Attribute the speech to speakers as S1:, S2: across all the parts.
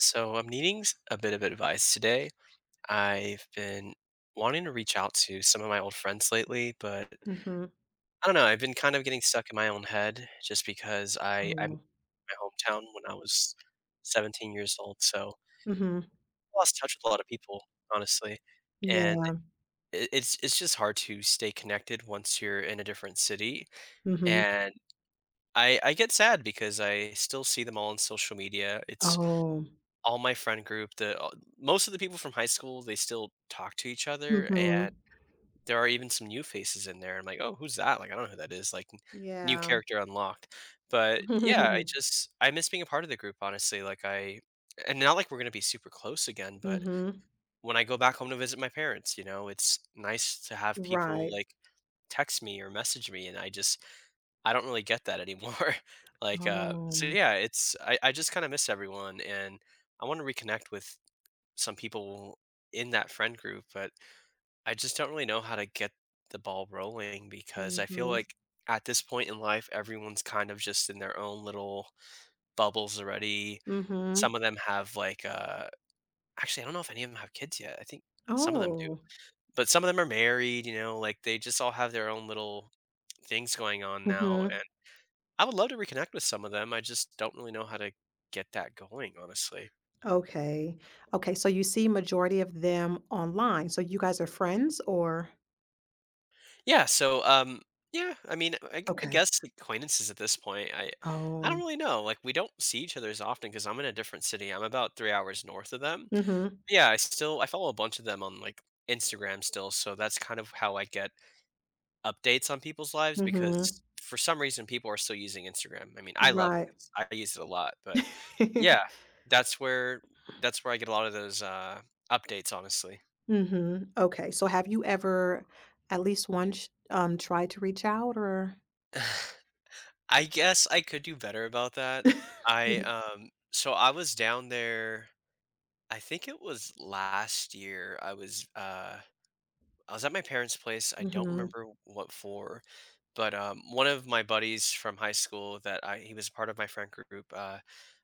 S1: So I'm needing s- a bit of advice today. I've been wanting to reach out to some of my old friends lately, but
S2: Mhm.
S1: I don't know. I've been kind of getting stuck in my own head just because I moved
S2: Oh.
S1: to my hometown when I was 17 years old, so
S2: Mhm.
S1: I lost touch with a lot of people, honestly. And
S2: Yeah.
S1: it's just hard to stay connected once you're in a different city.
S2: Mhm.
S1: And I get sad because I still see them all on social media. It's
S2: Oh.
S1: all my friend group, the all most of the people from high school, they still talk to each other,
S2: Mhm.
S1: and there are even some new faces in there. I'm like, "Oh, who's that?" Like, "I don't know who that is," like, n new
S2: Yeah.
S1: character unlocked. But, yeah, I just I miss being a part of the group, honestly, like, I and not like we're gonna be super close again, but
S2: Mhm.
S1: when I go back home to visit my parents, it's nice to have people,
S2: Right.
S1: like, text me or message me, and I just I don't really get that anymore.
S2: Um.
S1: Yeah, it's I just kinda miss everyone, and I wanna reconnect with some people in that friend group, but I just don't really know how to get the ball rolling because I feel
S2: Mhm.
S1: like at this point in life, everyone's kind of just in their own little bubbles already.
S2: Mhm.
S1: Some of them have actually, I don't know if any of them have kids yet. I think some of them do,
S2: Oh.
S1: but some of them are married, you know, like they just all have their own little things going on now.
S2: Mhm.
S1: And I would love to reconnect with some of them. I just don't really know how to get that going, honestly.
S2: Okay. Okay, so you see majority of them online. So you guys are friends or
S1: Yeah, so um yeah, I mean I
S2: Okay.
S1: guess acquaintances at this point. I don't
S2: Oh.
S1: really know. Like we don't see each other as often because I'm in a different city. I'm about 3 hours north of them.
S2: Mhm.
S1: Yeah, I follow a bunch of them on like Instagram still, so that's kind of how I get updates on people's lives
S2: Mhm.
S1: because for some reason people are still using Instagram. I mean, I love it.
S2: Right.
S1: 'Cause I use it a lot, but yeah, that's where that's where I get a lot of those updates honestly.
S2: Mhm. Okay, so have you ever at least once, tried to reach out or
S1: I guess I could do better about that. I was down there, I think it was last year. I was at my parents' place. I don't
S2: Mhm.
S1: remember what for, but, one of my buddies from high school that I he was part of my friend group,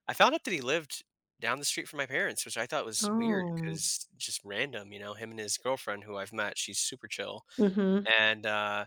S1: I found out that he lived down the street from my parents, which I thought was weird
S2: Oh.
S1: because just random, you know, him and his girlfriend who I've met, she's super chill.
S2: Mhm,
S1: And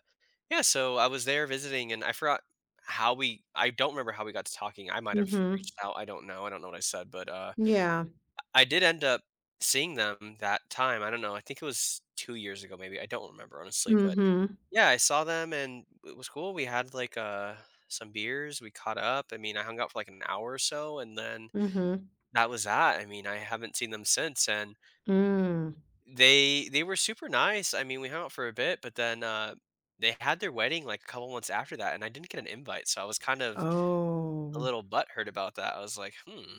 S1: Yeah, so I was there visiting, and I forgot how we. I don't remember how we got to talking. I might have
S2: mhm.
S1: reached out. I don't know. I don't know what I said, but
S2: Yeah.
S1: I did end up seeing them that time. I don't know. I think it was 2 years ago, maybe. I don't remember honestly, but
S2: Mhm,
S1: yeah, I saw them, and it was cool. We had like some beers. We caught up. I mean, I hung out for like an hour or so, and then
S2: mhm.
S1: that was that. I mean, I haven't seen them since, and
S2: Mm.
S1: they were super nice. I mean, we hung out for a bit, but then, they had their wedding, like, a couple months after that, and I didn't get an invite, so I was kind of a
S2: Oh.
S1: little butthurt about that. I was like, "Hmm,"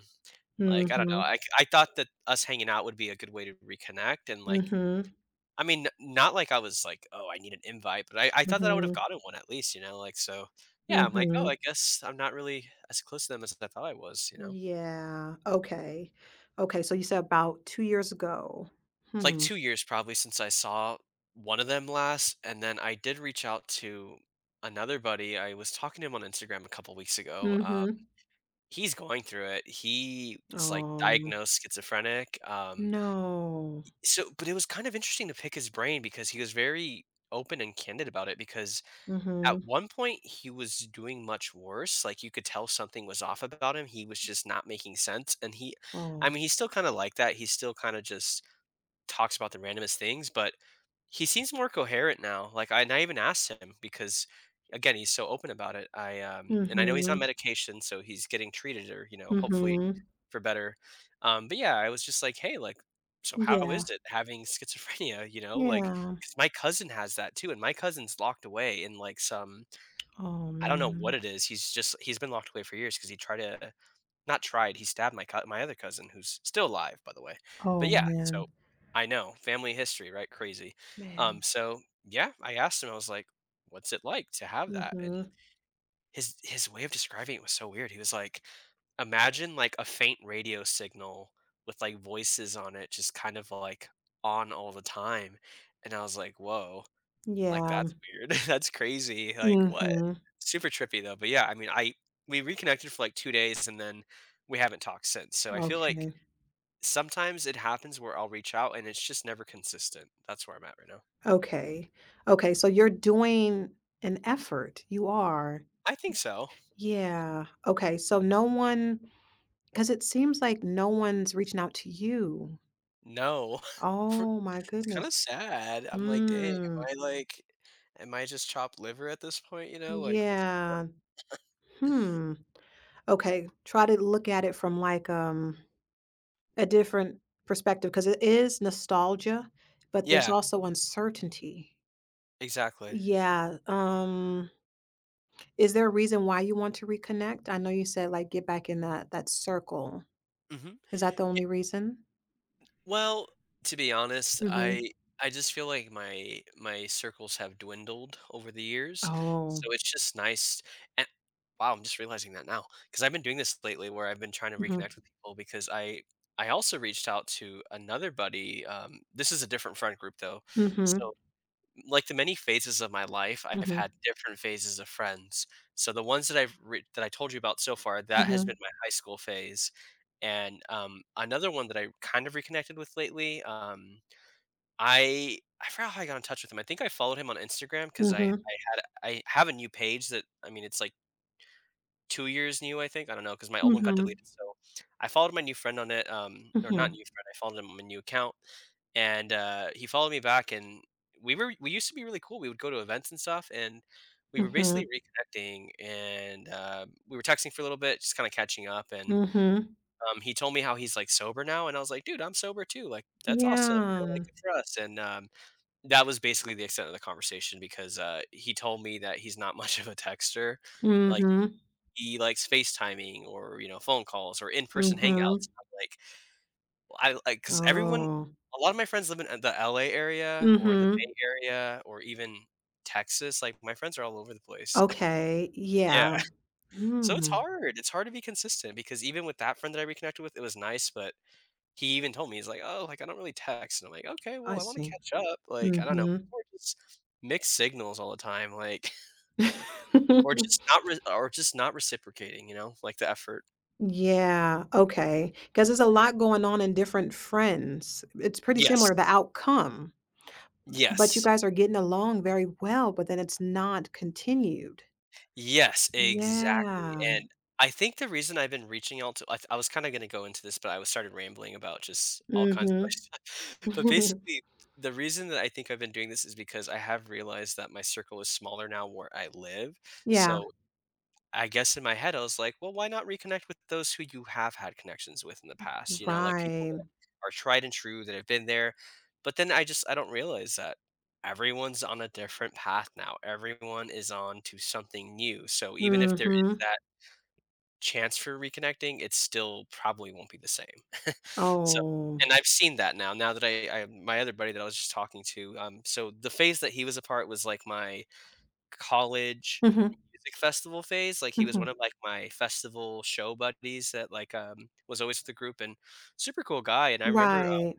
S1: like, I don't know,
S2: Mhm,
S1: I thought that us hanging out would be a good way to reconnect and, like,
S2: mhm,
S1: I mean, not like I was like, "Oh, I need an invite," but I thought that I would have
S2: mhm,
S1: gotten one at least, you know, like, so yeah, I'm like, "Oh,
S2: mhm.
S1: I guess I'm not really as close to them as I thought I was," you know?
S2: Yeah, okay. Okay, so you said about 2 years ago.
S1: Like
S2: Hmm.
S1: 2 years probably since I saw one of them last, and then I did reach out to another buddy. I was talking to him on Instagram a couple weeks ago.
S2: Mhm.
S1: He's going through it. He is, like,
S2: Oh,
S1: diagnosed schizophrenic,
S2: no.
S1: so but it was kind of interesting to pick his brain because he was very open and candid about it because at
S2: Mhm.
S1: one point, he was doing much worse. Like, you could tell something was off about him, he was just not making sense, and he I
S2: Oh.
S1: mean, he's still kinda like that. He's still kinda just talks about the randomest things, but he seems more coherent now. And I even asked him because again, he's so open about it. I And I know he's on
S2: Mhm,
S1: medication, so he's getting treated or, you know, hopefully
S2: mhm.
S1: for better. But yeah, I was just like, hey, like, so how is
S2: Yeah,
S1: it having schizophrenia? You know, like
S2: yeah.
S1: 'cause my cousin has that too, and my cousin's locked away in like some
S2: Oh,
S1: I don't know what
S2: man.
S1: it is. He's been locked away for years because he tried to not tried, he stabbed my other cousin who's still alive, by the way. But
S2: Oh,
S1: yeah, so
S2: man.
S1: I know, family history, right, crazy.
S2: Man.
S1: So yeah, I asked him, I was like, "What's it like to have that?" And
S2: Mhm.
S1: his way of describing it was so weird. He was like, "Imagine, like, a faint radio signal with, like, voices on it just kind of, like, on all the time." And I was like, "Whoa." Like,
S2: Yeah.
S1: that's weird. That's crazy. Like, what?
S2: Mhm.
S1: Super trippy though, but yeah, I mean, I we reconnected for, like, 2 days and then we haven't talked since, so I feel like
S2: Okay.
S1: sometimes it happens where I'll reach out and it's just never consistent. That's where I'm at right now.
S2: Okay. Okay, so you're doing an effort. You are.
S1: I think so.
S2: Yeah. Okay, so no one, because it seems like no one's reaching out to you.
S1: No.
S2: Oh my
S1: It's kinda
S2: goodness.
S1: sad. I'm like, "Dang,
S2: Hmm.
S1: am I, like am I just chopped liver at this point?" You know? Like, what's
S2: Yeah. Hmm. Okay, try to look at it from, like, a different perspective because it is nostalgia, but there's
S1: Yeah,
S2: also uncertainty.
S1: exactly.
S2: Yeah, Is there a reason why you want to reconnect? I know you said, like, get back in that circle.
S1: Mhm.
S2: Is that the only reason?
S1: Well, to be honest,
S2: Mhm.
S1: I just feel like my circles have dwindled over the years,
S2: Oh.
S1: so it's just nice. And wow, I'm just realizing that now because I've been doing this lately, where I've been trying to
S2: Mhm.
S1: reconnect with people because I also reached out to another buddy. This is a different friend group though,
S2: Mhm.
S1: so like the many phases of my life, I've
S2: Mhm.
S1: had different phases of friends. So the ones that I told you about so far, that has
S2: Mhm.
S1: been my high school phase, and another one that I kind of reconnected with lately. I I forgot how I got in touch with him. I think I followed him on Instagram because I
S2: Mhm.
S1: had I have a new page that I mean it's like 2 years new I think I don't know because my old one got
S2: Mhm.
S1: deleted. So I followed my new friend on it. Or not
S2: Mhm.
S1: new friend. I followed him on my new account and he followed me back and we used to be really cool. We would go to events and stuff and we were basically
S2: Mhm.
S1: reconnecting and we were texting for a little bit just kind of catching up and
S2: Mhm.
S1: he told me how he's like sober now and I was like dude I'm sober too like that's awesome you know like
S2: Yeah.
S1: good for us and that was basically the extent of the conversation because he told me that he's not much of a texter like
S2: Mhm.
S1: he likes facetiming or you know phone calls or in-person
S2: Mhm.
S1: hangouts. I'm like I like because everyone
S2: Oh.
S1: a lot of my friends live in, the LA area or the
S2: Mhm.
S1: Bay Area or even Texas, like, my friends are all over the place.
S2: Okay.
S1: Yeah.
S2: Yeah.
S1: So
S2: Mm.
S1: it's hard to be consistent because even with that friend that I reconnected with, it was nice, but he even told me, he's like, "Oh, like, I don't really text," and I'm like, "Okay, well,
S2: I
S1: I wanna
S2: see.
S1: catch up." Like, I don't know,
S2: Mhm.
S1: people are just mixed signals all the time, like, or just not re or just not reciprocating, you know, like, the effort.
S2: Yeah, okay. Because there's a lot going on in different friends. It's pretty similar, the
S1: Yes.
S2: outcome, but you
S1: Yes.
S2: guys are getting along very well, but then it's not continued.
S1: Yes, exactly,
S2: Yeah.
S1: and I think the reason I've been reaching out to I was kinda gonna go into this, but I was started rambling about just all kinds of other
S2: Mhm.
S1: stuff. But basically, the reason that I think I've been doing this is because I have realized that my circle is smaller now where I live,
S2: Yeah,
S1: so I guess in my head, I was like, well, why not reconnect with those who you have had connections with in the past? You know, like people that
S2: right.
S1: are tried and true that have been there. But then I just, I don't realize that everyone's on a different path now. Everyone is on to something new. So even if there is
S2: Mhm.
S1: that chance for reconnecting, it still probably won't be the same. So,
S2: Oh.
S1: and I've seen that now, now that my other buddy that I was just talking to, so the phase that he was apart was like my college
S2: Mhm,
S1: music festival phase, like, he was
S2: mhm.
S1: one of, like, my festival show buddies that, like, was always with the group and super cool guy, and I remember,
S2: Right.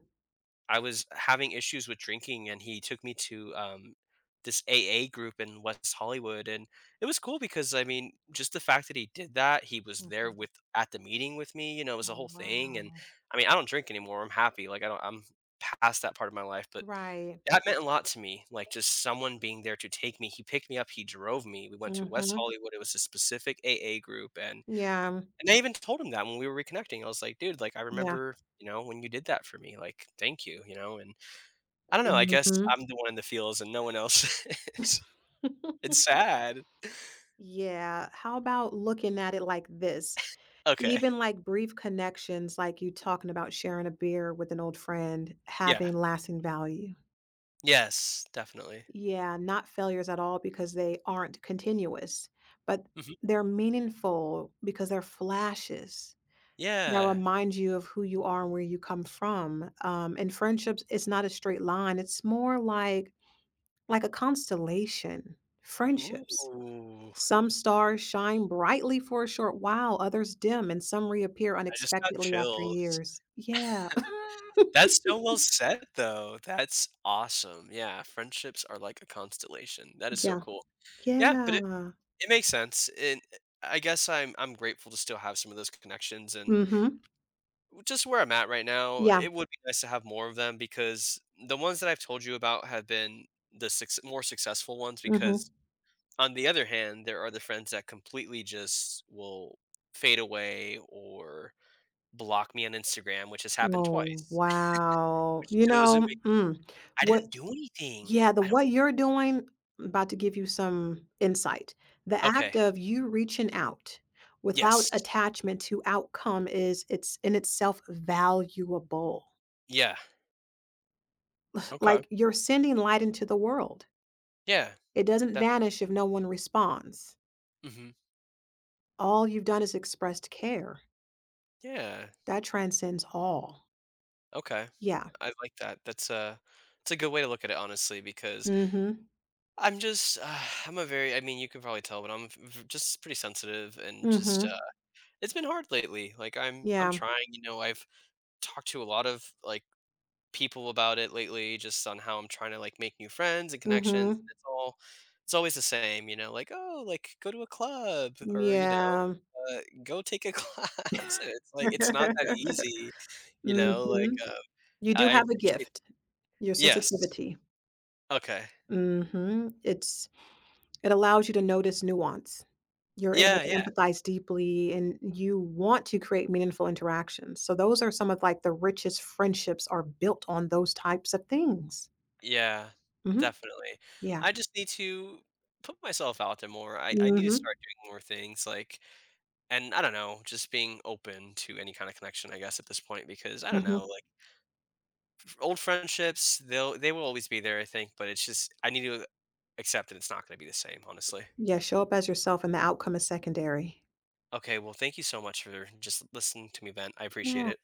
S1: I was having issues with drinking, and he took me to, this AA group in West Hollywood, and it was cool because, I mean, just the fact that he did that, he was there
S2: Mhm.
S1: with at the meeting with me, you know, it was a
S2: Oh,
S1: whole thing, and,
S2: wow.
S1: I mean, I don't drink anymore, I'm happy, like, I don't I'm past that part of my life, but
S2: Right.
S1: that meant a lot to me, like, just someone being there to take me. He picked me up, he drove me. We went to West
S2: Mhm.
S1: Hollywood, it was a specific AA group, and
S2: Yeah,
S1: I even told him that when we were reconnecting, I was like, "Dude, like, I
S2: yeah.
S1: remember, you know, when you did that for me, like, thank you," you know, and I don't know, I guess
S2: Mhm.
S1: I'm the one in the feels and no one else is. It's sad.
S2: Yeah, how about looking at it like this?
S1: Okay.
S2: Even, like, brief connections, like you talking about sharing a beer with an old friend,
S1: Yeah.
S2: having lasting value.
S1: Yes, definitely.
S2: Yeah, not failures at all because they aren't continuous, but
S1: Mhm.
S2: they're meaningful because they're flashes that
S1: Yeah.
S2: remind you of who you are and where you come from. And friendships, it's not a straight line, it's more like a constellation, friendships.
S1: Ooh,
S2: Some stars shine brightly for a short while, others dim, and some reappear
S1: I just got
S2: unexpectedly after
S1: chills.
S2: years. Yeah.
S1: That's so well said, though. That's awesome. Yeah, friendships are like a constellation. That is so
S2: Yeah.
S1: cool. Yeah, but it,
S2: Yeah.
S1: it makes sense. And I guess I'm grateful to still have some of those connections and
S2: Mhm.
S1: just where I'm at right now.
S2: Yeah.
S1: It would be nice to have more of them because the ones that I've told you about have been the six, more successful ones.
S2: Mhm.
S1: Because on the other hand, there are the friends that completely just will fade away or block me on Instagram, which has happened
S2: Oh,
S1: twice,
S2: wow.
S1: which
S2: You know,
S1: doesn't.
S2: mm,
S1: I
S2: what
S1: didn't do anything.
S2: yeah, the
S1: I don't.
S2: what you're doing I'm about to give you some insight. The act
S1: Okay.
S2: of you reaching out without
S1: Yes.
S2: attachment to outcome is it's in itself valuable.
S1: Yeah. Okay.
S2: Like you're sending light into the world.
S1: Yeah.
S2: It doesn't
S1: Def.
S2: vanish if no one responds.
S1: Mhm.
S2: All you've done is expressed care.
S1: Yeah.
S2: That transcends all.
S1: Okay.
S2: Yeah.
S1: I like that. That's a. It's a good way to look at it, honestly, because
S2: Mm.
S1: I'm just I'm a very I mean, you can probably tell, but I'm v just pretty sensitive and
S2: Mhm. Mm.
S1: just,
S2: Mhm.
S1: it's been hard lately. Like, I'm
S2: Yeah.
S1: trying, you know, I've talked to a lot of, like, people about it lately just on how I'm trying to, like, make new friends and
S2: Mm.
S1: connections,
S2: Mhm.
S1: it's all it's always the same, you know, like, "Oh, like, go to a club," or, you know,
S2: Yeah.
S1: "Go take a class," and it's like, it's not that
S2: Mm.
S1: easy, you know, like,
S2: Mhm.
S1: uh,
S2: You do
S1: I
S2: have a
S1: appreciate.
S2: gift, your
S1: Yes.
S2: sensitivity.
S1: Okay.
S2: Mm. Mhm. It's it allows you to notice nuance. You're able
S1: Yeah,
S2: to
S1: yeah,
S2: empathize deeply and you want to create meaningful interactions. So those are some of like the richest friendships are built on those types of things.
S1: yeah,
S2: Mhm.
S1: definitely.
S2: Yeah.
S1: I just need to put myself out there more, I need to
S2: Mhm,
S1: start doing more things, like and I don't know, just being open to any kinda connection, I guess, at this point because I don't
S2: mhm.
S1: know, like old friendships, they will always be there, I think, but it's just I need to accept that it's not going to be the same, honestly.
S2: Yeah, show up as yourself and the outcome is secondary.
S1: Okay, well, thank you so much for just listening to me vent. I appreciate
S2: Yeah.
S1: it.